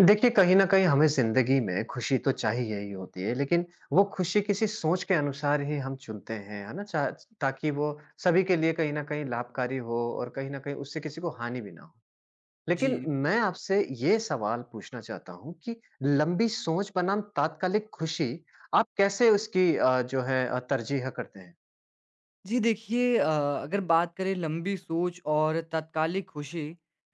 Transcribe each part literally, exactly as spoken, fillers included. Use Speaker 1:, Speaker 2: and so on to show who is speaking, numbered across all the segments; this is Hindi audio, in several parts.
Speaker 1: देखिए, कहीं न कहीं हमें ज़िंदगी में खुशी तो चाहिए ही होती है, लेकिन वो खुशी किसी सोच के अनुसार ही हम चुनते हैं, है ना? चा ताकि वो सभी के लिए कहीं न कहीं लाभकारी हो और कहीं न कहीं उससे किसी को हानि भी ना हो।
Speaker 2: जी।
Speaker 1: लेकिन मैं आपसे ये सवाल पूछना चाहता हूँ कि लंबी सोच बनाम तात्कालिक खुशी, आप कैसे उसकी अ, जो है अ, तरजीह करते हैं?
Speaker 2: जी, देखिए अ, अगर बात करें लंबी सोच और तात्कालिक खुशी,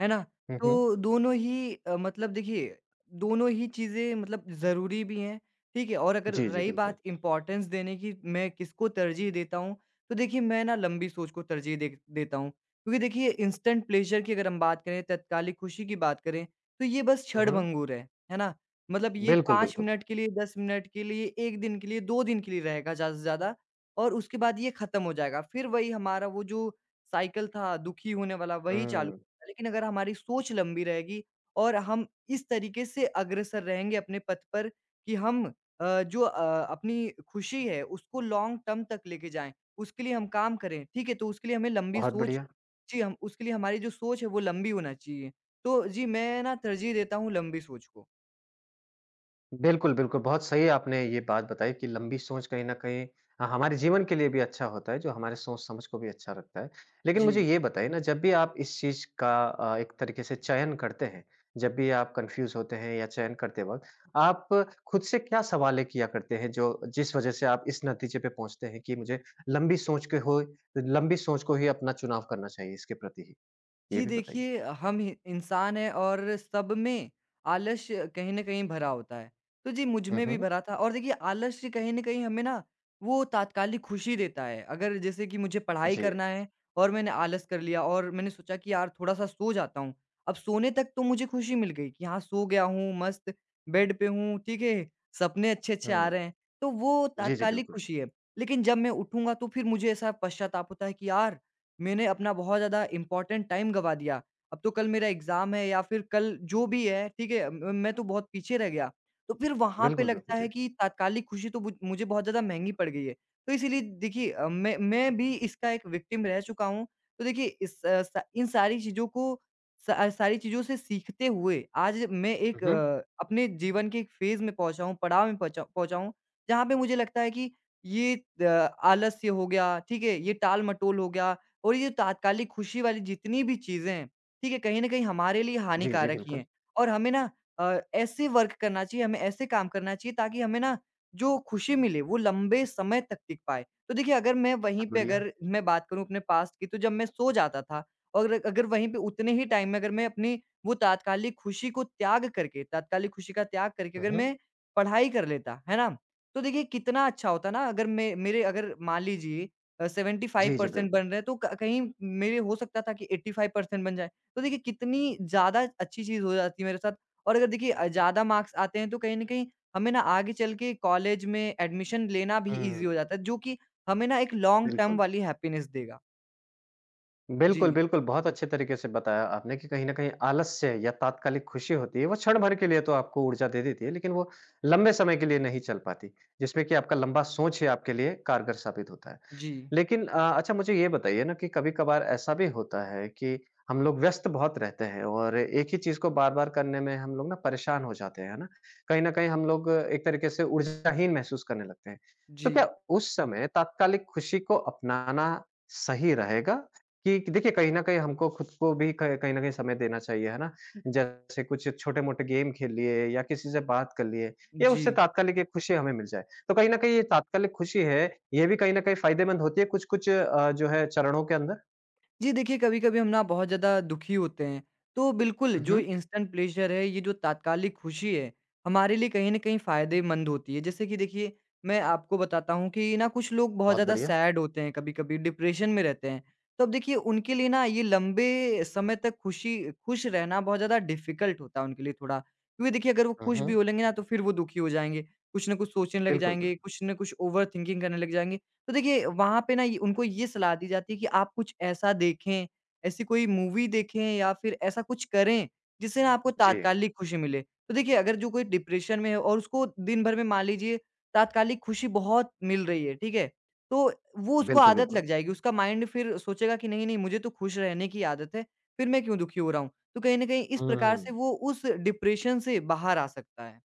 Speaker 2: है ना?
Speaker 1: हुँ, हुँ।
Speaker 2: तो दोनों ही अ, मतलब देखिए, दोनों ही चीज़ें मतलब ज़रूरी भी हैं, ठीक है? और अगर
Speaker 1: जी, जी,
Speaker 2: रही
Speaker 1: बिल्कुल।
Speaker 2: बात इम्पोर्टेंस देने की, मैं किसको तरजीह देता हूँ, तो देखिए मैं ना लंबी सोच को तरजीह दे देता हूँ। क्योंकि देखिए इंस्टेंट प्लेज़र की अगर हम बात करें, तात्कालिक खुशी की बात करें, तो ये बस
Speaker 1: हुँ, हुँ।
Speaker 2: क्षणभंगुर है, है ना? मतलब ये
Speaker 1: बिल्कुल,
Speaker 2: पाँच
Speaker 1: बिल्कुल।
Speaker 2: मिनट के लिए, दस मिनट के लिए, एक दिन के लिए, दो दिन के लिए रहेगा ज़्यादा से ज़्यादा। और उसके बाद ये ख़त्म हो जाएगा। फिर वही हमारा वो जो साइकिल था दुखी होने वाला वही चालू
Speaker 1: हुँ,
Speaker 2: होगा। लेकिन अगर हमारी सोच लंबी रहेगी और हम इस तरीके से अग्रसर रहेंगे अपने पथ पर कि हम अ, जो अ, अपनी खुशी है उसको लॉन्ग टर्म तक लेके जाएँ, उसके लिए हम काम करें, ठीक है? तो उसके लिए हमें लंबी
Speaker 1: बहुत
Speaker 2: सोच।
Speaker 1: बढ़िया।
Speaker 2: जी, हम उसके लिए हमारी जो सोच है वो लंबी होना चाहिए। तो जी, मैं ना तरजीह देता हूँ लंबी सोच को।
Speaker 1: बिल्कुल, बिल्कुल। बहुत सही आपने ये बात बताई कि लंबी सोच कहीं न कहीं अ, हमारे जीवन के लिए भी अच्छा होता है, जो हमारे सोच-समझ को भी अच्छा रखता है। लेकिन
Speaker 2: जी।
Speaker 1: मुझे ये बताइए ना, जब भी आप इस चीज़ का अ, एक तरीके से चयन करते हैं, जब भी आप कन्फ्यूज़ होते हैं या चयन करते वक़्त, आप खुद से क्या सवालें किया करते हैं, जो जिस वज़ह से आप इस नतीजे पे पहुँचते हैं कि मुझे लंबी सोच के हो लंबी सोच को ही अपना चुनाव करना चाहिए इसके प्रति ही? ये
Speaker 2: जी
Speaker 1: भी बताइए।
Speaker 2: देखिए, हम ही इंसान हैं और सब में आलस्य कहीं न कहीं भरा होता है। तो जी मुझ
Speaker 1: हुँ,
Speaker 2: में भी
Speaker 1: हुँ।
Speaker 2: भरा था और देखिए आलस्य कहीं न कहीं हमें ना वो तात्कालिक खुशी देता है। अगर जैसे कि मुझे पढ़ाई
Speaker 1: जी।
Speaker 2: करना है और मैंने आलस कर लिया और मैंने सोचा कि यार थोड़ा-सा सो जाता हूँ। अब सोने तक तो मुझे खुशी मिल गई कि हाँ, सो गया हूँ, मस्त बेड पे हूँ, ठीक है? सपने अच्छे-अच्छे आ
Speaker 1: हुँ।
Speaker 2: रहे हैं। तो वो
Speaker 1: जी, जी,
Speaker 2: तात्कालिक
Speaker 1: बिल्कुल।
Speaker 2: खुशी है। लेकिन जब मैं उठूँगा तो फिर मुझे ऐसा पश्चाताप होता है कि यार मैंने अपना बहुत ज़्यादा इम्पोर्टेंट टाइम गँवा दिया। अब तो कल मेरा एग्ज़ाम है या फिर कल जो भी है, ठीक है? म मैं तो बहुत पीछे रह गया। तो फिर वहाँ पे
Speaker 1: बिल्कुल, बिल्कुल,
Speaker 2: लगता
Speaker 1: जी।
Speaker 2: है कि तात्कालिक खुशी तो मुझ मुझे बहुत ज़्यादा महँगी पड़ गई है। तो इसीलिए देखिए अ, मैं मैं भी इसका एक विक्टिम रह चुका हूँ। तो देखिए इस अ, स इन सारी चीज़ों को स सारी चीज़ों से सीखते हुए आज मैं
Speaker 1: हुँ,
Speaker 2: एक
Speaker 1: हुँ।
Speaker 2: अ, अपने जीवन के एक फ़ेज़ में पहुँचा हूँ, पड़ाव में पहुँचा पहुँचा हूँ, जहाँ पे मुझे लगता है कि ये अ, आलस्य हो गया, ठीक है? ये टाल-मटोल हो गया और ये जो तात्कालिक खुशी वाली जितनी भी चीज़ें हैं, ठीक है? कहीं न कहीं हमारे लिए
Speaker 1: जी, जी,
Speaker 2: हानिकारक ही
Speaker 1: बिल्कुल।
Speaker 2: हैं और हमें ना अ, ऐसे वर्क करना चाहिए, हमें ऐसे काम करना चाहिए ताकि हमें ना जो खुशी मिले वो लंबे समय तक टिक पाए। तो देखिए अगर मैं वहीं पे
Speaker 1: बढ़िया।
Speaker 2: अगर मैं बात करूँ अपने पास्ट की तो जब मैं सो जाता था और अगर वहीं पे उतने ही टाइम में अगर मैं अपनी वो तात्कालिक खुशी को त्याग करके तात्कालिक खुशी का त्याग करके
Speaker 1: हुँ,
Speaker 2: अगर
Speaker 1: हुँ।
Speaker 2: मैं पढ़ाई कर लेता, है ना? तो देखिए कितना अच्छा होता ना अगर मैं मेरे अगर मान लीजिए अ,
Speaker 1: जी, जी,
Speaker 2: सेवेंटी फाइव परसेंट
Speaker 1: बिल्कुल।
Speaker 2: बन रहे हैं तो क कहीं मेरे हो सकता था कि एट्टी फाइव परसेंट बन जाए। तो देखिए कितनी ज़्यादा अच्छी चीज़ हो जाती है मेरे साथ और अगर देखिए अ, ज़्यादा मार्क्स आते हैं तो कहीं न कहीं हमें ना आगे चल के कॉलेज में एडमिशन लेना भी ईज़ी
Speaker 1: हुँ।
Speaker 2: हो जाता है जो कि हमें ना एक लॉन्ग टर्म
Speaker 1: बिल्कुल।
Speaker 2: वाली हैप्पीनेस देगा।
Speaker 1: बिल्कुल,
Speaker 2: जी,
Speaker 1: बिल्कुल, बहुत अच्छे तरीके से बताया आपने कि कहीं न कहीं आलस्य या तात्कालिक खुशी होती है, वो क्षण भर के लिए तो आपको ऊर्जा दे देती है, लेकिन वो लंबे समय के लिए नहीं चल पाती, जिसमें कि आपका लंबा सोच ही आपके लिए कारगर साबित होता है।
Speaker 2: जी,
Speaker 1: लेकिन अ, अच्छा मुझे ये बताइए ना कि कभी-कभार ऐसा भी होता है कि हम लोग व्यस्त बहुत रहते हैं और एक ही चीज़ को बार-बार करने में हम लोग ना परेशान हो जाते हैं, है ना? कहीं न कहीं हम लोग एक तरीके से ऊर्जाहीन महसूस करने लगते हैं। तो
Speaker 2: जी,
Speaker 1: क्या उस समय तात्कालिक खुशी को अपनाना सही रहेगा कि कि देखिए कहीं न कहीं हमको खुद को भी क कहीं न कहीं समय देना चाहिए, है ना? जैसे कुछ छोटे-मोटे गेम खेल लिए या किसी से बात कर लिए या उससे
Speaker 2: जी।
Speaker 1: तात्कालिक एक खुशी हमें मिल जाए। तो कहीं न कहीं ये तात्कालिक खुशी है, ये भी कहीं न कहीं फ़ायदेमंद होती है कुछ-कुछ अ, जो है चरणों के अंदर?
Speaker 2: जी देखिए, कभी-कभी हम ना बहुत ज़्यादा दुखी होते हैं, तो बिल्कुल
Speaker 1: हुँ,
Speaker 2: जो
Speaker 1: हुँ,
Speaker 2: इंस्टेंट प्लेज़र है, ये जो तात्कालिक खुशी है, हमारे लिए कहीं न कहीं फ़ायदेमंद होती है। जैसे कि देखिए, मैं आपको बताता हूँ कि ना कुछ लोग बहुत
Speaker 1: बहुत
Speaker 2: ज़्यादा
Speaker 1: बढ़िया।
Speaker 2: सैड होते हैं, कभी-कभी डिप्रेशन में रहते हैं। तो अब देखिए उनके लिए ना ये लंबे समय तक खुशी खुश रहना बहुत ज़्यादा डिफ़िकल्ट होता है उनके लिए थोड़ा। क्योंकि देखिए अगर वो
Speaker 1: हुँ,
Speaker 2: खुश भी हो
Speaker 1: हुँ।
Speaker 2: लेंगे ना, तो फिर वो दुखी हो जाएँगे, कुछ न कुछ सोचने लग
Speaker 1: बिल्कुल, बिल्कुल।
Speaker 2: जाएँगे, कुछ न कुछ ओवरथिंकिंग करने लग जाएँगे। तो देखिए वहाँ पे ना ये उनको ये सलाह दी जाती है कि आप कुछ ऐसा देखें, ऐसी कोई मूवी देखें या फिर ऐसा कुछ करें, जिससे ना आपको
Speaker 1: जी।
Speaker 2: तात्कालिक खुशी मिले। तो देखिए अगर जो कोई डिप्रेशन में है और उसको दिन भर में मान लीजिए तात्कालिक खुशी बहुत मिल रही है, ठीक है? तो वो उसको
Speaker 1: बिल्कुल,
Speaker 2: आदत
Speaker 1: बिल्कुल।
Speaker 2: लग जाएगी, उसका माइंड फिर सोचेगा कि नहीं, नहीं मुझे तो खुश रहने की आदत है, फिर मैं क्यों दुखी हो रहा हूँ? तो कहीं न कहीं इस प्रकार से
Speaker 1: हुँ,
Speaker 2: वो उस डिप्रेशन से बाहर आ सकता है।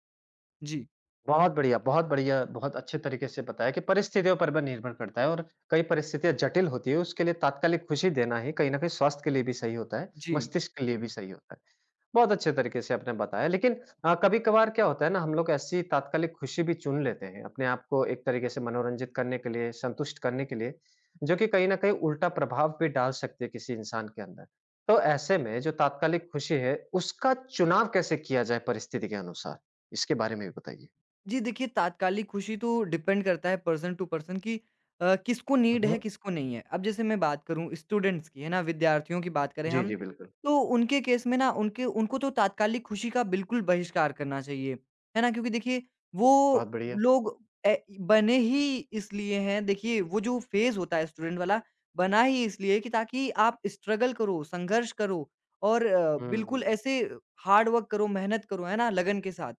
Speaker 2: जी,
Speaker 1: बहुत बढ़िया, बहुत बढ़िया, बहुत अच्छे तरीके से बताया कि परिस्थितियों पर भी निर्भर करता है और कई परिस्थितियाँ जटिल होती है, उसके लिए तात्कालिक खुशी देना ही कहीं न कहीं स्वास्थ्य के लिए भी सही होता है,
Speaker 2: जी।
Speaker 1: मस्तिष्क के लिए भी सही होता है। बहुत अच्छे तरीके से आपने बताया लेकिन अ, कभी-कभार क्या होता है ना हम लोग ऐसी तात्कालिक खुशी भी चुन लेते हैं, अपने आप को एक तरीके से मनोरंजित करने के लिए, संतुष्ट करने के लिए, जो कि कहीं न कहीं उल्टा प्रभाव भी डाल सकती है किसी इंसान के अंदर। तो ऐसे में जो तात्कालिक खुशी है, उसका चुनाव कैसे किया जाए परिस्थिति के अनुसार? इसके बारे में भी बताइए।
Speaker 2: जी, देखिए तात्कालिक खुशी तो डिपेंड करता है पर्सन टू पर्सन कि अ, किसको
Speaker 1: हुँ,
Speaker 2: नीड है,
Speaker 1: हुँ।
Speaker 2: किसको नहीं है। अब जैसे मैं बात करूँ स्टूडेंट्स की, है ना? विद्यार्थियों की बात करें
Speaker 1: जी,
Speaker 2: हम,
Speaker 1: जी, बिल्कुल।
Speaker 2: तो उनके केस में ना उनके उनको तो तात्कालिक खुशी का बिल्कुल बहिष्कार करना चाहिए, है ना? क्योंकि देखिए वो
Speaker 1: बहुत बढ़िया।
Speaker 2: लोग ए, बने ही इसलिए हैं देखिए वो जो फेज़ होता है स्टूडेंट वाला, बना ही इसलिए कि ताकि आप स्ट्रगल करो, संघर्ष करो और अ,
Speaker 1: हुँ,
Speaker 2: बिल्कुल
Speaker 1: हुँ।
Speaker 2: ऐसे हार्ड वर्क करो, मेहनत करो, है ना? लगन के साथ।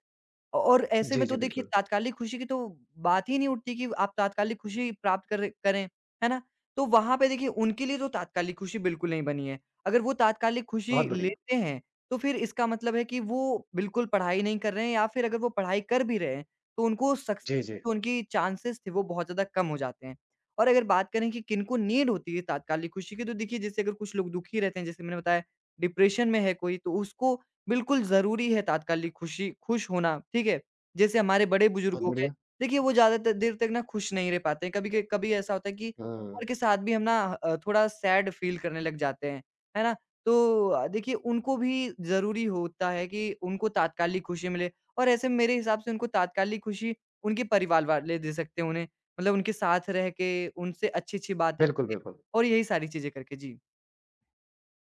Speaker 2: और ऐसे
Speaker 1: जी,
Speaker 2: में तो
Speaker 1: जी,
Speaker 2: देखिए
Speaker 1: बिल्कुल।
Speaker 2: तात्कालिक खुशी की तो बात ही नहीं उठती कि आप तात्कालिक खुशी प्राप्त कर करें, है ना? तो वहाँ पे देखिए उनके लिए तो तात्कालिक खुशी बिल्कुल नहीं बनी है। अगर वो तात्कालिक खुशी
Speaker 1: बहुत बढ़िया।
Speaker 2: लेते हैं, तो फिर इसका मतलब है कि वो बिल्कुल पढ़ाई नहीं कर रहे हैं या फिर अगर वो पढ़ाई कर भी रहे हैं, तो उनको सक्सेस
Speaker 1: जी, जी।
Speaker 2: जो उनकी चांसेस थे वो बहुत ज़्यादा कम हो जाते हैं। और अगर बात करें कि किनको नीड होती है तात्कालिक खुशी की, तो देखिए जैसे अगर कुछ लोग दुखी रहते हैं, जैसे मैंने बताया डिप्रेशन में है कोई, तो उसको बिल्कुल ज़रूरी है तात्कालिक खुशी खुश होना, ठीक है? जैसे हमारे बड़े-बुजुर्ग
Speaker 1: बहुत
Speaker 2: हो गए,
Speaker 1: बढ़िया।
Speaker 2: देखिए वो ज़्यादा त देर तक ना खुश नहीं रह पाते हैं, कभी क कभी ऐसा होता है कि उम्र
Speaker 1: हुँ।
Speaker 2: के साथ भी हम ना अ, थोड़ा सैड फ़ील करने लग जाते हैं, है ना? तो अ, देखिए उनको भी ज़रूरी होता है कि उनको तात्कालिक खुशी मिले और ऐसे मेरे हिसाब से उनको तात्कालिक खुशी उनके परिवार वाले दे सकते हैं उन्हें, मतलब उनके साथ रह के, उनसे अच्छी-अच्छी बातें
Speaker 1: बिल्कुल, बिल्कुल।
Speaker 2: और यही सारी चीज़ें करके। जी।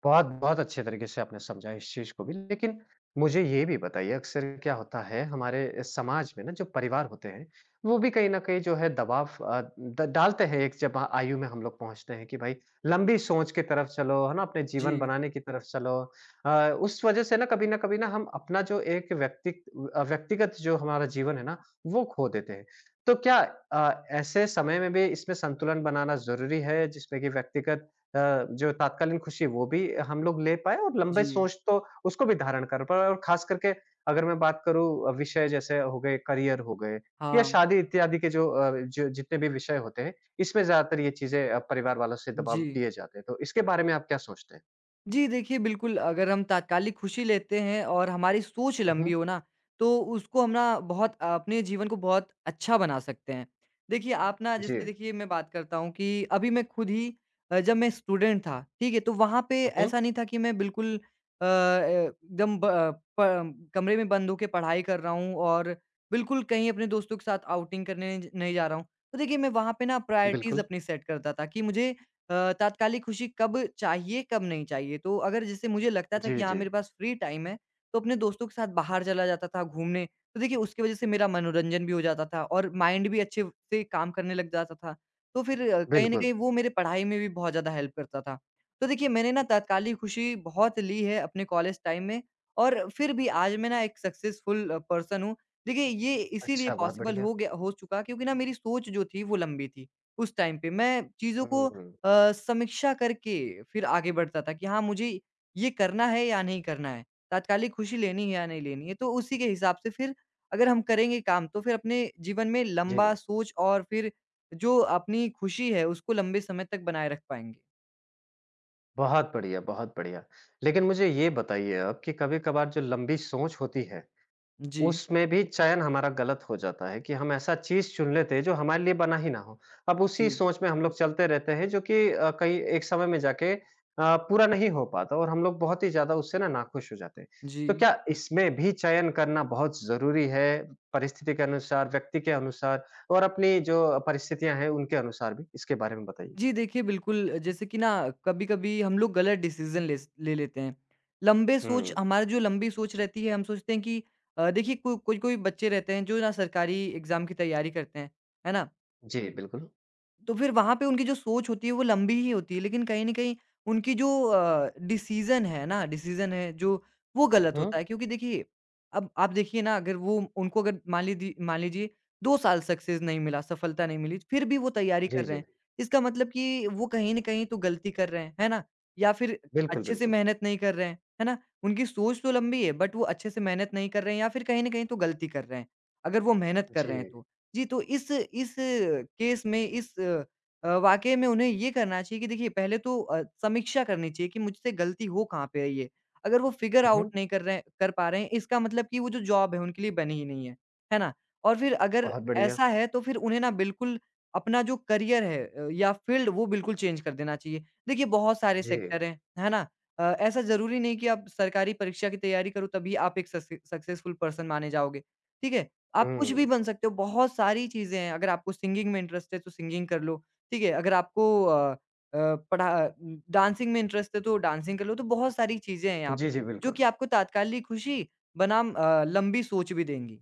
Speaker 1: बहुत, बहुत अच्छे तरीके से आपने समझा इस चीज़ को भी। लेकिन मुझे ये भी बताइए अक्सर क्या होता है हमारे इस समाज में ना जो परिवार होते हैं, वो भी कहीं न कहीं जो है दबाव अ, द डालते हैं एक जब आयु में हम लोग पहुँचते हैं कि भाई लंबी सोच की तरफ चलो, है ना? अपने जीवन
Speaker 2: जी,
Speaker 1: बनाने की तरफ चलो। अ, उस वज़ह से ना कभी न कभी ना हम अपना जो एक व्यक्तिक अ, व्यक्तिगत जो हमारा जीवन है ना, वो खो देते हैं। तो क्या अ, ऐसे समय में भी इसमें संतुलन बनाना ज़रूरी है जिसमें कि व्यक्तिगत अ, जो तात्कालीन खुशी वो भी हम लोग ले पाए और लंबे
Speaker 2: जी।
Speaker 1: सोच तो उसको भी धारण कर पाए और खास करके अगर मैं बात करूँ विषय जैसे हो गए करियर हो गए या
Speaker 2: हाँ,
Speaker 1: शादी इत्यादि के जो अ, जो जितने भी विषय होते हैं इसमें ज्यादातर ये चीजें अ, परिवार वालों से
Speaker 2: जी।
Speaker 1: दबाव दिए जाते हैं तो इसके बारे में आप क्या सोचते हैं।
Speaker 2: जी देखिए, बिल्कुल अगर हम तात्कालिक खुशी लेते हैं और हमारी सोच लंबी
Speaker 1: हम्म।
Speaker 2: हो ना, तो उसको हम ना बहुत अपने जीवन को बहुत अच्छा बना सकते हैं। देखिए हुँ। आप ना
Speaker 1: जी।
Speaker 2: जैसे देखिए मैं बात करता हूँ कि अभी मैं खुद ही अ, जब मैं स्टूडेंट था, ठीक है? तो वहाँ पे
Speaker 1: हम्म।
Speaker 2: ऐसा नहीं था कि मैं बिल्कुल अ, एकदम ब अ, प कमरे में बंद होके पढ़ाई कर रहा हूँ और बिल्कुल कहीं अपने दोस्तों के साथ आउटिंग करने नहीं नहीं जा रहा हूँ। तो देखिए मैं वहाँ पे ना प्रायोरिटीज़
Speaker 1: बिल्कुल।
Speaker 2: अपनी सेट करता था कि मुझे अ, तात्कालिक खुशी कब चाहिए, कब नहीं चाहिए। तो अगर जैसे मुझे लगता था कि
Speaker 1: जी,
Speaker 2: हाँ,
Speaker 1: जी,
Speaker 2: मेरे पास फ्री टाइम है, तो अपने दोस्तों के साथ बाहर चला जाता था घूमने। तो देखिए उसकी वज़ह से मेरा मनोरंजन भी हो जाता था और माइंड भी अच्छे से काम करने लग जाता था। तो फिर अ, कहीं न
Speaker 1: बिल्कुल।
Speaker 2: कहीं वो मेरे पढ़ाई में भी बहुत ज़्यादा हेल्प करता था। तो देखिए मैंने ना तात्कालिक खुशी बहुत ली है अपने कॉलेज टाइम में और फिर भी आज मैं ना एक सक्सेसफुल अ, पर्सन हूँ। देखिए ये इसीलिए
Speaker 1: अच्छा, बहुत
Speaker 2: पॉसिबल
Speaker 1: बढ़िया।
Speaker 2: हो गया हो चुका क्योंकि ना मेरी सोच जो थी वो लंबी थी, उस टाइम पे। मैं चीज़ों को अ,
Speaker 1: हम्म।
Speaker 2: समीक्षा करके फिर आगे बढ़ता था कि हाँ, मुझे ये करना है या नहीं करना है, तात्कालिक खुशी लेनी है या नहीं लेनी है। तो उसी के हिसाब से फिर अगर हम करेंगे काम तो फिर अपने जीवन में
Speaker 1: जी।
Speaker 2: लंबा सोच और फिर जो अपनी खुशी है उसको लंबे समय तक बनाए रख पाएँगे।
Speaker 1: बहुत बढ़िया, बहुत बढ़िया। लेकिन मुझे ये बताइए आप कि कभी कभार जो लंबी सोच होती है
Speaker 2: जी,
Speaker 1: उसमें भी चयन हमारा गलत हो जाता है कि हम ऐसा चीज़ चुन लेते हैं जो हमारे लिए बना ही ना हो। अब उसी
Speaker 2: जी,
Speaker 1: सोच में हम लोग चलते रहते हैं जो कि अ, कहीं एक समय में जाके अ, पूरा नहीं हो पाता और हम लोग बहुत ही ज़्यादा उससे ना नाखुश हो जाते हैं। तो
Speaker 2: जी।
Speaker 1: क्या इसमें भी चयन करना बहुत ज़रूरी है परिस्थिति के अनुसार, व्यक्ति के अनुसार और अपनी जो परिस्थितियाँ हैं उनके अनुसार भी? इसके बारे में बताइए।
Speaker 2: जी देखिए, बिल्कुल जैसे कि ना कभी-कभी हम लोग गलत डिसीज़न ले स ले लेते हैं। लंबे सोच
Speaker 1: हुँ।
Speaker 2: हमारी जो लंबी सोच रहती है हम सोचते हैं कि अ, देखिए को कोई-कोई बच्चे रहते हैं जो ना सरकारी एग्ज़ाम की तैयारी करते हैं, है ना?
Speaker 1: जी, बिल्कुल।
Speaker 2: तो फिर वहाँ पे उनकी जो सोच होती है वो लंबी ही होती है लेकिन कहीं न कहीं उनकी जो अ, डिसीज़न है ना डिसीज़न है जो वो गलत
Speaker 1: हुँ।
Speaker 2: होता है क्योंकि देखिए, अब आप देखिए ना अगर वो उनको अगर मान लीदी मान लीजिए दो साल सक्सेस नहीं मिला, सफलता नहीं मिली, फिर भी वो तैयारी
Speaker 1: जी,
Speaker 2: कर रहे
Speaker 1: जी।
Speaker 2: हैं। इसका मतलब कि वो कहीं न कहीं तो गलती कर रहे हैं, है ना? या फिर
Speaker 1: बिल्कुल,
Speaker 2: अच्छे से
Speaker 1: बिल्कुल।
Speaker 2: मेहनत नहीं कर रहे हैं, है ना? उनकी सोच तो लंबी है बट वो अच्छे से मेहनत नहीं कर रहे हैं या फिर कहीं न कहीं तो गलती कर रहे हैं, अगर वो मेहनत कर
Speaker 1: जी।
Speaker 2: रहे हैं तो। जी, तो इस इस केस में इस अ, वाक़ये में उन्हें ये करना चाहिए कि देखिए पहले तो अ, समीक्षा करनी चाहिए कि मुझसे गलती हो कहाँ पे रही है। अगर वो फिगर
Speaker 1: हुँ,
Speaker 2: आउट
Speaker 1: हुँ।
Speaker 2: नहीं कर रहे कर पा रहे हैं इसका मतलब कि वो जो जॉब है उनके लिए बनी ही नहीं है। है ना? और फिर अगर
Speaker 1: बहुत बढ़िया।
Speaker 2: ऐसा है तो फिर उन्हें ना बिल्कुल अपना जो करियर है अ, या फील्ड वो बिल्कुल चेंज कर देना चाहिए। देखिए बहुत सारे
Speaker 1: जी।
Speaker 2: सेक्टर हैं, है ना? अ, ऐसा ज़रूरी नहीं कि आप सरकारी परीक्षा की तैयारी करो तभी आप एक सक्से सक्सेसफुल पर्सन माने जाओगे। ठीक है? आप कुछ भी
Speaker 1: हुँ।
Speaker 2: बन सकते हो, बहुत सारी चीज़ें हैं। अगर आपको सिंगिंग में इंटरेस्ट है तो सिंगिंग कर लो, ठीक है? अगर आपको अ अ, पढ़ा डांसिंग में इंटरेस्ट है तो डांसिंग कर लो, तो बहुत सारी चीज़ें हैं यहाँ
Speaker 1: जी,
Speaker 2: पे,
Speaker 1: जी,
Speaker 2: जो
Speaker 1: बिल्कुल।
Speaker 2: कि आपको तात्कालिक खुशी बनाम अ, लंबी सोच भी देंगी।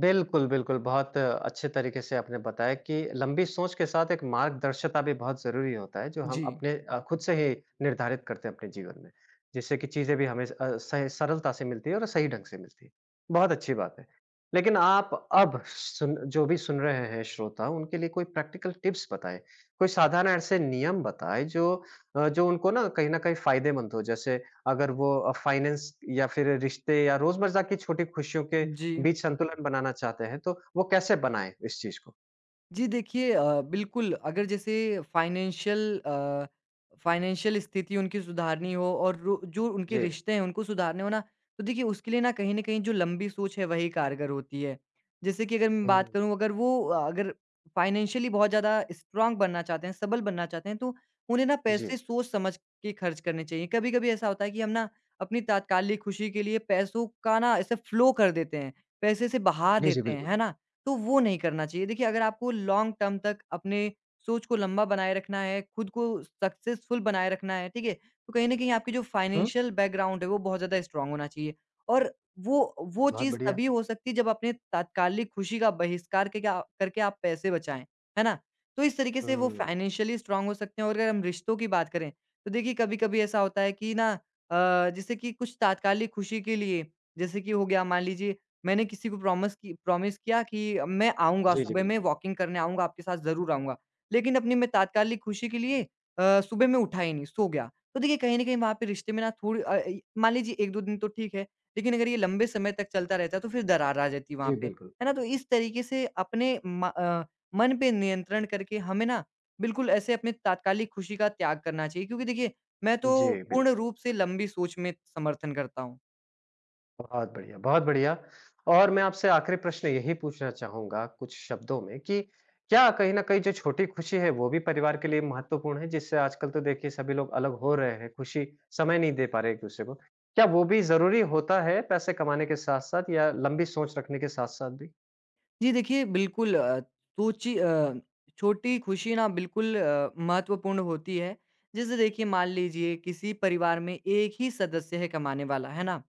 Speaker 1: बिल्कुल, बिल्कुल। बहुत अच्छे तरीके से आपने बताया कि लंबी सोच के साथ एक मार्गदर्शिता भी बहुत ज़रूरी होता है, जो हम
Speaker 2: जी।
Speaker 1: अपने अ, खुद से ही निर्धारित करते हैं अपने जीवन में, जिससे कि चीज़ें भी हमें अ, सही सरलता से मिलती है और सही ढंग से मिलती है। बहुत अच्छी बात है। लेकिन आप अब सुन जो भी सुन रहे हैं श्रोता, उनके लिए कोई प्रैक्टिकल टिप्स बताएँ, कोई साधारण ऐसे नियम बताएँ जो अ, जो उनको ना कहीं न कहीं फ़ायदेमंद हो। जैसे अगर वो अ, फाइनेंस या फिर रिश्ते या रोज़मर्रा की छोटी खुशियों के
Speaker 2: जी।
Speaker 1: बीच संतुलन बनाना चाहते हैं, तो वो कैसे बनाएँ इस चीज़ को?
Speaker 2: जी देखिए अ, बिल्कुल अगर जैसे फाइनेंशियल अ, फाइनेंशियल स्थिति उनकी सुधारनी हो और रो- जो उनके
Speaker 1: जी।
Speaker 2: रिश्ते हैं उनको सुधारने हो ना तो देखिए उसके लिए ना कहीं ना कहीं जो लंबी सोच है वही कारगर होती है जैसे कि अगर मैं बात
Speaker 1: हुँ,
Speaker 2: करूं अगर वो अ, अगर फाइनेंशियली बहुत ज़्यादा स्ट्रांग बनना चाहते हैं सबल बनना चाहते हैं तो उन्हें ना पैसे
Speaker 1: जी।
Speaker 2: सोच समझ के खर्च करने चाहिए। कभी कभी ऐसा होता है कि हम ना अपनी तात्कालिक खुशी के लिए पैसों का ना ऐसे फ्लो कर देते हैं, पैसे से बहा
Speaker 1: जी, जी,
Speaker 2: देते हैं,
Speaker 1: बिल्कुल।
Speaker 2: है ना? तो वो नहीं करना चाहिए। देखिए, अगर आपको लॉन्ग टर्म तक अपने सोच को लंबा बनाए रखना है, खुद को सक्सेसफुल बनाए रखना है, ठीक है? तो कहीं न कहीं आपकी जो
Speaker 1: हुँ,
Speaker 2: फाइनेंशियल बैकग्राउंड है, वो बहुत ज़्यादा स्ट्रॉन्ग होना चाहिए। और वो वो
Speaker 1: बहुत
Speaker 2: चीज़
Speaker 1: बढ़िया।
Speaker 2: तभी हो सकती है, जब अपने तात्कालिक खुशी का बहिष्कार के क्या करके आप पैसे बचाएँ, है ना? तो इस तरीके से वो
Speaker 1: हुँ।
Speaker 2: फाइनेंशियली स्ट्रॉन्ग हो सकते हैं। और अगर हम रिश्तों की बात करें, तो देखिए कभी-कभी ऐसा होता है कि ना अ, जैसे कि कुछ तात्कालिक खुशी के लिए, जैसे कि हो गया मान लीजिए मैंने किसी को प्रॉमिस की प्रॉमिस किया कि मैं आऊँगा,
Speaker 1: जी, जी,
Speaker 2: सुबह में
Speaker 1: बिल्कुल।
Speaker 2: वॉकिंग करने आऊँगा, आपके साथ ज़रूर आऊँगा। लेकिन अपनी मैं तात्कालिक खुशी के लिए अ, सुबह में उठा ही नहीं, सो गया। तो देखिए कहीं न कहीं वहाँ पे रिश्ते में ना थोड़ी अ, इ मान लीजिए एक-दो दिन तो ठीक है, लेकिन अगर ये लंबे समय तक चलता रहता तो फिर दरार आ जाती वहाँ
Speaker 1: जी,
Speaker 2: पे,
Speaker 1: बिल्कुल।
Speaker 2: है ना? तो इस तरीके से अपने म अ, मन पे नियंत्रण करके हमें ना बिल्कुल ऐसे अपने तात्कालिक खुशी का त्याग करना चाहिए क्योंकि देखिए मैं तो
Speaker 1: जी,
Speaker 2: पूर्ण
Speaker 1: बिल्कुल।
Speaker 2: रूप से लंबी सोच में समर्थन करता हूँ।
Speaker 1: बहुत बढ़िया, बहुत बढ़िया। और मैं आपसे आखिरी प्रश्न यही पूछना चाहूँगा कुछ शब्दों में कि क्या कहीं न कहीं जो छोटी खुशी है, वो भी परिवार के लिए महत्वपूर्ण है? जिससे आजकल तो देखिए सभी लोग अलग हो रहे हैं, खुशी समय नहीं दे पा रहे एक-दूसरे को। क्या वो भी ज़रूरी होता है पैसे कमाने के साथ-साथ या लंबी सोच रखने के साथ-साथ भी?
Speaker 2: जी देखिए, बिल्कुल अ, सोची अ, छोटी खुशी ना बिल्कुल अ, महत्वपूर्ण होती है। जैसे देखिए मान लीजिए किसी परिवार में एक ही सदस्य है कमाने वाला, है ना?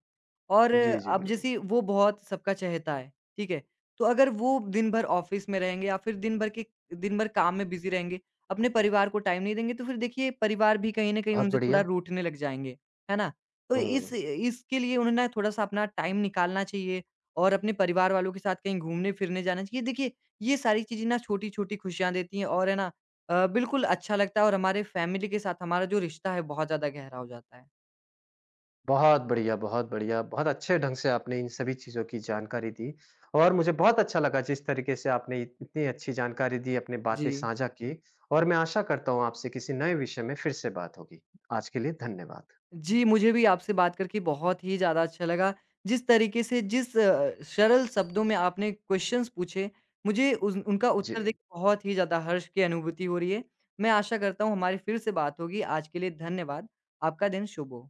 Speaker 2: और
Speaker 1: जी, जी,
Speaker 2: अब
Speaker 1: बिल्कुल।
Speaker 2: जैसे वो बहुत सबका चहेता है, ठीक है? तो अगर वो दिन भर ऑफ़िस में रहेंगे या फिर दिन भर के दिन भर काम में बिज़ी रहेंगे, अपने परिवार को टाइम नहीं देंगे तो फिर देखिए परिवार भी कहीं न कहीं
Speaker 1: बहुत
Speaker 2: उनसे थोड़ा
Speaker 1: बढ़िया।
Speaker 2: रूठने लग जाएँगे, है ना? तो इस
Speaker 1: हुँ।
Speaker 2: इसके लिए उन्हें ना थोड़ा-सा अपना टाइम निकालना चाहिए। और अपने परिवार वालों के साथ कहीं घूमने-फिरने जाना चाहिए। देखिए, ये सारी चीज़ें ना छोटी-छोटी खुशियाँ देती हैं और है ना अ, बिल्कुल अच्छा लगता है और हमारे फैमिली के साथ हमारा जो रिश्ता है बहुत ज़्यादा गहरा हो जाता है।
Speaker 1: बहुत बढ़िया, बहुत बढ़िया। बहुत अच्छे ढंग से आपने इन सभी चीज़ों की जानकारी दी और मुझे बहुत अच्छा लगा जिस तरीके से आपने इत इतनी अच्छी जानकारी दी, अपनी
Speaker 2: जी।
Speaker 1: बातें साझा की और मैं आशा करता हूँ आपसे किसी नए विषय में फिर से बात होगी। आज के लिए धन्यवाद।
Speaker 2: जी, मुझे भी आपसे बात करके बहुत ही ज़्यादा अच्छा लगा। जिस तरीके से जिस अ, सरल शब्दों में आपने क्वेश्चन्स पूछे, मुझे उस उनका
Speaker 1: जी।
Speaker 2: उत्तर देके बहुत ही ज़्यादा हर्ष की अनुभूति हो रही है। मैं आशा करता हूँ हमारी फिर से बात होगी। आज के लिए धन्यवाद। आपका दिन शुभ हो।